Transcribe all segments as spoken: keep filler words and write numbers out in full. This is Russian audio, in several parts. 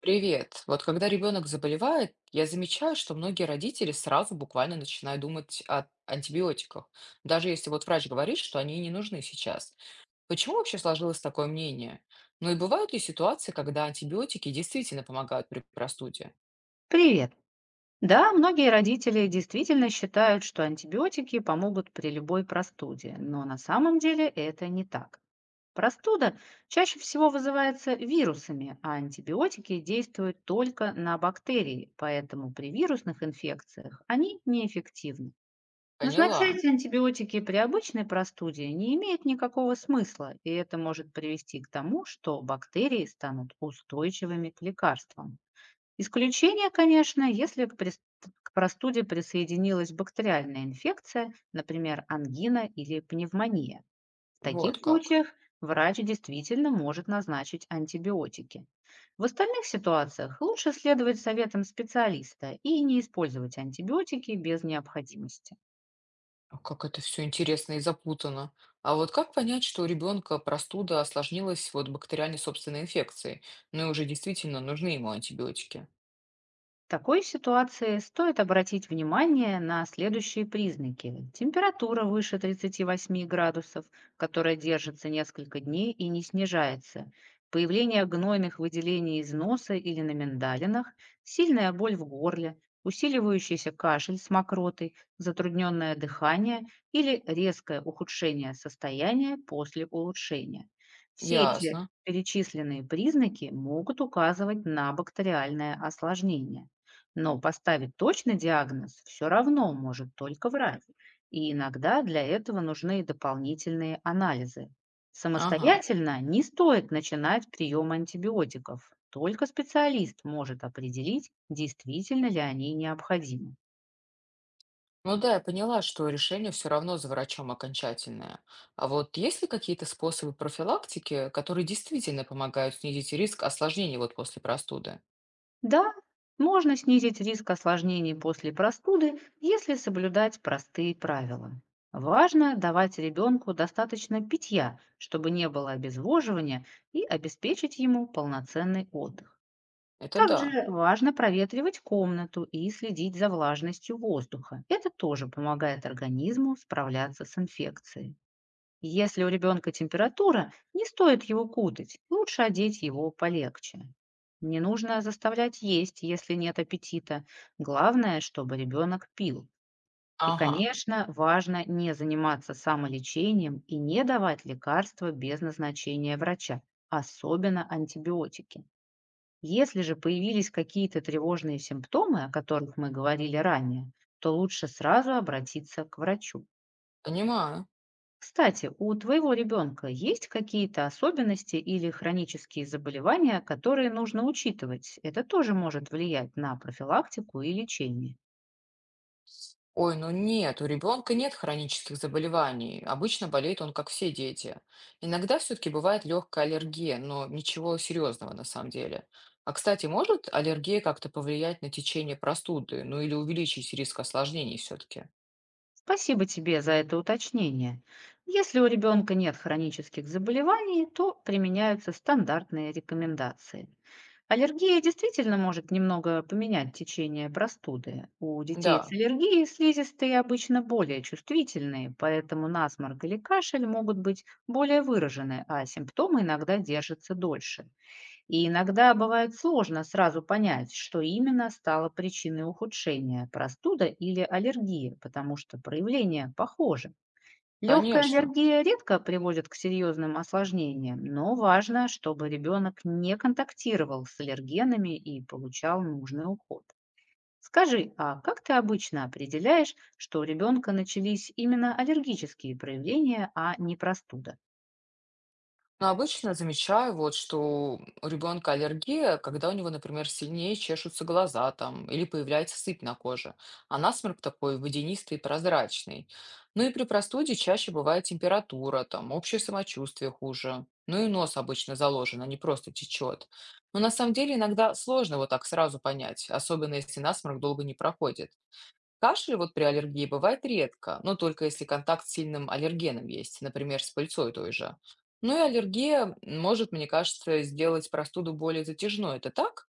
Привет. Вот когда ребенок заболевает, я замечаю, что многие родители сразу буквально начинают думать о антибиотиках, даже если вот врач говорит, что они не нужны сейчас. Почему вообще сложилось такое мнение? Ну и бывают ли ситуации, когда антибиотики действительно помогают при простуде? Привет. Да, многие родители действительно считают, что антибиотики помогут при любой простуде, но на самом деле это не так. Простуда чаще всего вызывается вирусами, а антибиотики действуют только на бактерии, поэтому при вирусных инфекциях они неэффективны. Поняла. Назначать антибиотики при обычной простуде не имеет никакого смысла, и это может привести к тому, что бактерии станут устойчивыми к лекарствам. Исключение, конечно, если к прис- к простуде присоединилась бактериальная инфекция, например, ангина или пневмония. В Вот таких как. случаях врач действительно может назначить антибиотики. В остальных ситуациях лучше следовать советам специалиста и не использовать антибиотики без необходимости. А Как это все интересно и запутано. А вот как понять, что у ребенка простуда осложнилась вот бактериальной собственной инфекцией, ну и уже действительно нужны ему антибиотики? В такой ситуации стоит обратить внимание на следующие признаки. Температура выше тридцати восьми градусов, которая держится несколько дней и не снижается. Появление гнойных выделений из носа или на миндалинах, сильная боль в горле, усиливающийся кашель с мокротой, затрудненное дыхание или резкое ухудшение состояния после улучшения. Все эти Ясно. перечисленные признаки могут указывать на бактериальное осложнение. Но поставить точный диагноз все равно может только врач. И иногда для этого нужны дополнительные анализы. Ага. Самостоятельно не стоит начинать прием антибиотиков. Только специалист может определить, действительно ли они необходимы. Ну да, я поняла, что решение все равно за врачом окончательное. А вот есть ли какие-то способы профилактики, которые действительно помогают снизить риск осложнений вот после простуды? Да, можно снизить риск осложнений после простуды, если соблюдать простые правила. Важно давать ребенку достаточно питья, чтобы не было обезвоживания, и обеспечить ему полноценный отдых. Это да. Также важно проветривать комнату и следить за влажностью воздуха. Это тоже помогает организму справляться с инфекцией. Если у ребенка температура, не стоит его кутать, лучше одеть его полегче. Не нужно заставлять есть, если нет аппетита. Главное, чтобы ребенок пил. И, Ага, конечно, важно не заниматься самолечением и не давать лекарства без назначения врача, особенно антибиотики. Если же появились какие-то тревожные симптомы, о которых мы говорили ранее, то лучше сразу обратиться к врачу. понимаю. Кстати, у твоего ребенка есть какие-то особенности или хронические заболевания, которые нужно учитывать? Это тоже может влиять на профилактику и лечение. Ой, ну нет, у ребенка нет хронических заболеваний. Обычно болеет он, как все дети. Иногда все-таки бывает легкая аллергия, но ничего серьезного на самом деле. А, кстати, может аллергия как-то повлиять на течение простуды, ну или увеличить риск осложнений все-таки? Спасибо тебе за это уточнение. Если у ребенка нет хронических заболеваний, то применяются стандартные рекомендации. Аллергия действительно может немного поменять течение простуды. У детей с Да, аллергией слизистые обычно более чувствительные, поэтому насморк или кашель могут быть более выражены, а симптомы иногда держатся дольше. И иногда бывает сложно сразу понять, что именно стало причиной ухудшения — простуда или аллергия, потому что проявления похожи. Легкая конечно. аллергия редко приводит к серьезным осложнениям, но важно, чтобы ребенок не контактировал с аллергенами и получал нужный уход. Скажи, а как ты обычно определяешь, что у ребенка начались именно аллергические проявления, а не простуда? Но обычно замечаю, вот, что у ребенка аллергия, когда у него, например, сильнее чешутся глаза там, или появляется сыпь на коже, а насморк такой водянистый и прозрачный. Ну и при простуде чаще бывает температура, там, общее самочувствие хуже. Ну и нос обычно заложен, а не просто течет. Но на самом деле иногда сложно вот так сразу понять, особенно если насморк долго не проходит. Кашель вот при аллергии бывает редко, но только если контакт с сильным аллергеном есть, например, с пыльцой той же. Ну и аллергия может, мне кажется, сделать простуду более затяжной. Это так?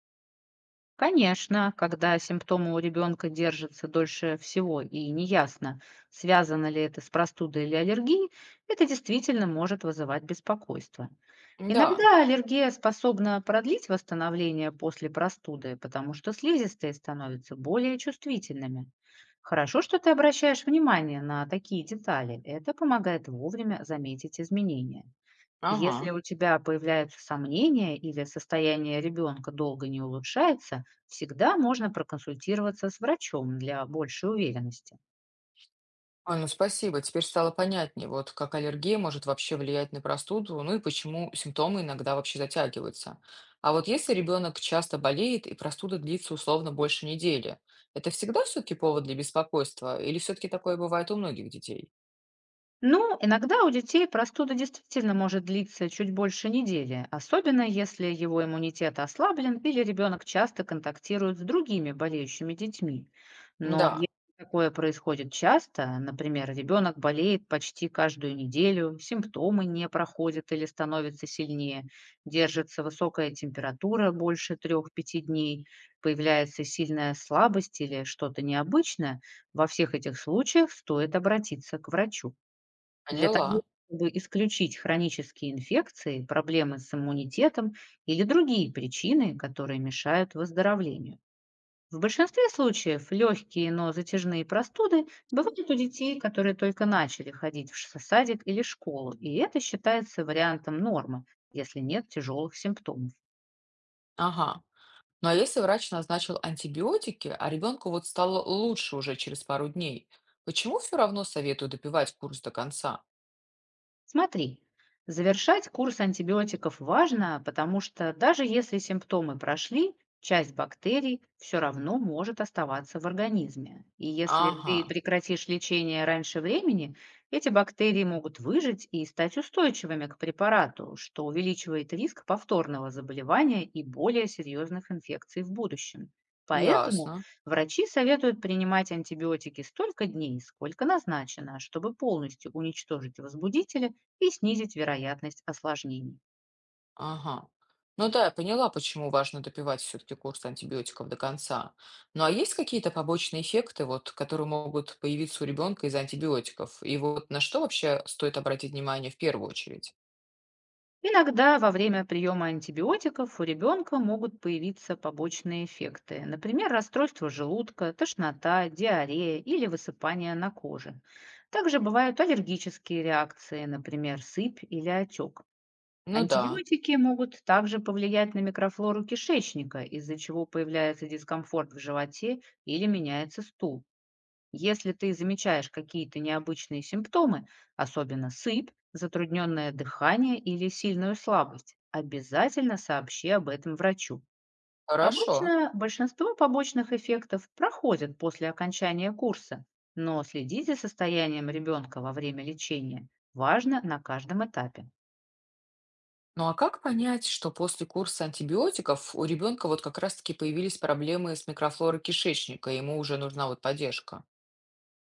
Конечно, когда симптомы у ребенка держатся дольше всего и неясно, связано ли это с простудой или аллергией, это действительно может вызывать беспокойство. Да. Иногда аллергия способна продлить восстановление после простуды, потому что слизистые становятся более чувствительными. Хорошо, что ты обращаешь внимание на такие детали. Это помогает вовремя заметить изменения. Если Ага. у тебя появляются сомнения или состояние ребенка долго не улучшается, всегда можно проконсультироваться с врачом для большей уверенности. Ой, ну спасибо, теперь стало понятнее, вот как аллергия может вообще влиять на простуду, ну и почему симптомы иногда вообще затягиваются. А вот если ребенок часто болеет и простуда длится условно больше недели, это всегда все-таки повод для беспокойства или все-таки такое бывает у многих детей? Ну, иногда у детей простуда действительно может длиться чуть больше недели, особенно если его иммунитет ослаблен или ребенок часто контактирует с другими болеющими детьми. Но если Да, такое происходит часто, например, ребенок болеет почти каждую неделю, симптомы не проходят или становятся сильнее, держится высокая температура больше трёх пяти дней, появляется сильная слабость или что-то необычное, во всех этих случаях стоит обратиться к врачу. Для того, поняла. чтобы исключить хронические инфекции, проблемы с иммунитетом или другие причины, которые мешают выздоровлению. В большинстве случаев легкие, но затяжные простуды бывают у детей, которые только начали ходить в ш- садик или школу, и это считается вариантом нормы, если нет тяжелых симптомов. Ага. Ну а если врач назначил антибиотики, а ребенку вот стало лучше уже через пару дней, почему все равно советую допивать курс до конца? Смотри, завершать курс антибиотиков важно, потому что даже если симптомы прошли, часть бактерий все равно может оставаться в организме. И если Ага, ты прекратишь лечение раньше времени, эти бактерии могут выжить и стать устойчивыми к препарату, что увеличивает риск повторного заболевания и более серьезных инфекций в будущем. Поэтому ясно. врачи советуют принимать антибиотики столько дней, сколько назначено, чтобы полностью уничтожить возбудители и снизить вероятность осложнений. Ага. Ну да, я поняла, почему важно допивать все-таки курс антибиотиков до конца. Ну а есть какие-то побочные эффекты, вот, которые могут появиться у ребенка из антибиотиков? И вот на что вообще стоит обратить внимание в первую очередь? Иногда во время приема антибиотиков у ребенка могут появиться побочные эффекты, например, расстройство желудка, тошнота, диарея или высыпание на коже. Также бывают аллергические реакции, например, сыпь или отек. Ну да, Антибиотики могут также повлиять на микрофлору кишечника, из-за чего появляется дискомфорт в животе или меняется стул. Если ты замечаешь какие-то необычные симптомы, особенно сыпь, затрудненное дыхание или сильную слабость, обязательно сообщи об этом врачу. хорошо. Обычно большинство побочных эффектов проходят после окончания курса, но следить за состоянием ребенка во время лечения важно на каждом этапе. Ну а как понять, что после курса антибиотиков у ребенка вот как раз-таки появились проблемы с микрофлорой кишечника, и ему уже нужна вот поддержка?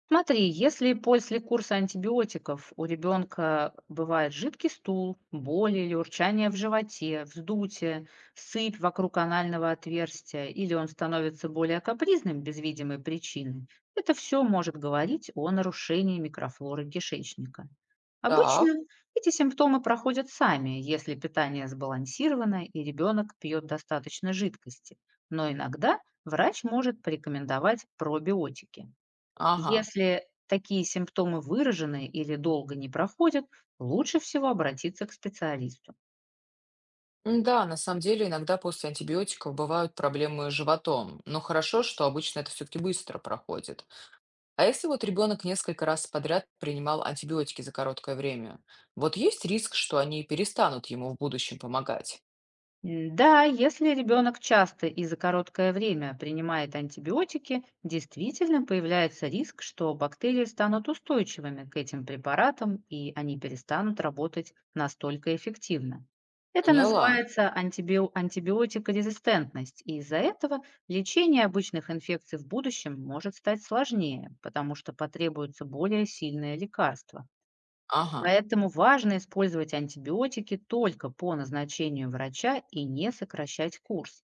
Смотри, если после курса антибиотиков у ребенка бывает жидкий стул, боли или урчание в животе, вздутие, сыпь вокруг анального отверстия, или он становится более капризным без видимой причины, это все может говорить о нарушении микрофлоры кишечника. Обычно Так, эти симптомы проходят сами, если питание сбалансировано и ребенок пьет достаточно жидкости, но иногда врач может порекомендовать пробиотики. ага. Если такие симптомы выражены или долго не проходят, лучше всего обратиться к специалисту. М, Да, на самом деле иногда после антибиотиков бывают проблемы с животом, но хорошо, что обычно это все-таки быстро проходит. А если вот ребенок несколько раз подряд принимал антибиотики за короткое время, вот есть риск, что они перестанут ему в будущем помогать? М, Да, если ребенок часто и за короткое время принимает антибиотики, действительно появляется риск, что бактерии станут устойчивыми к этим препаратам и они перестанут работать настолько эффективно. Это Поняла. называется антибио- антибиотикорезистентность, и из-за этого лечение обычных инфекций в будущем может стать сложнее, потому что потребуются более сильные лекарства. Ага. Поэтому важно использовать антибиотики только по назначению врача и не сокращать курс.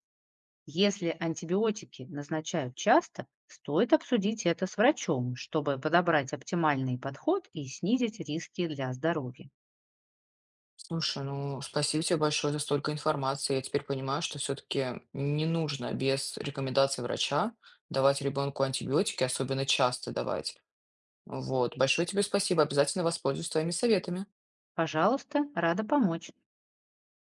Если антибиотики назначают часто, стоит обсудить это с врачом, чтобы подобрать оптимальный подход и снизить риски для здоровья. Слушай, ну, спасибо тебе большое за столько информации. Я теперь понимаю, что все-таки не нужно без рекомендации врача давать ребенку антибиотики, особенно часто давать. Вот. Большое тебе спасибо. Обязательно воспользуюсь твоими советами. Пожалуйста, рада помочь.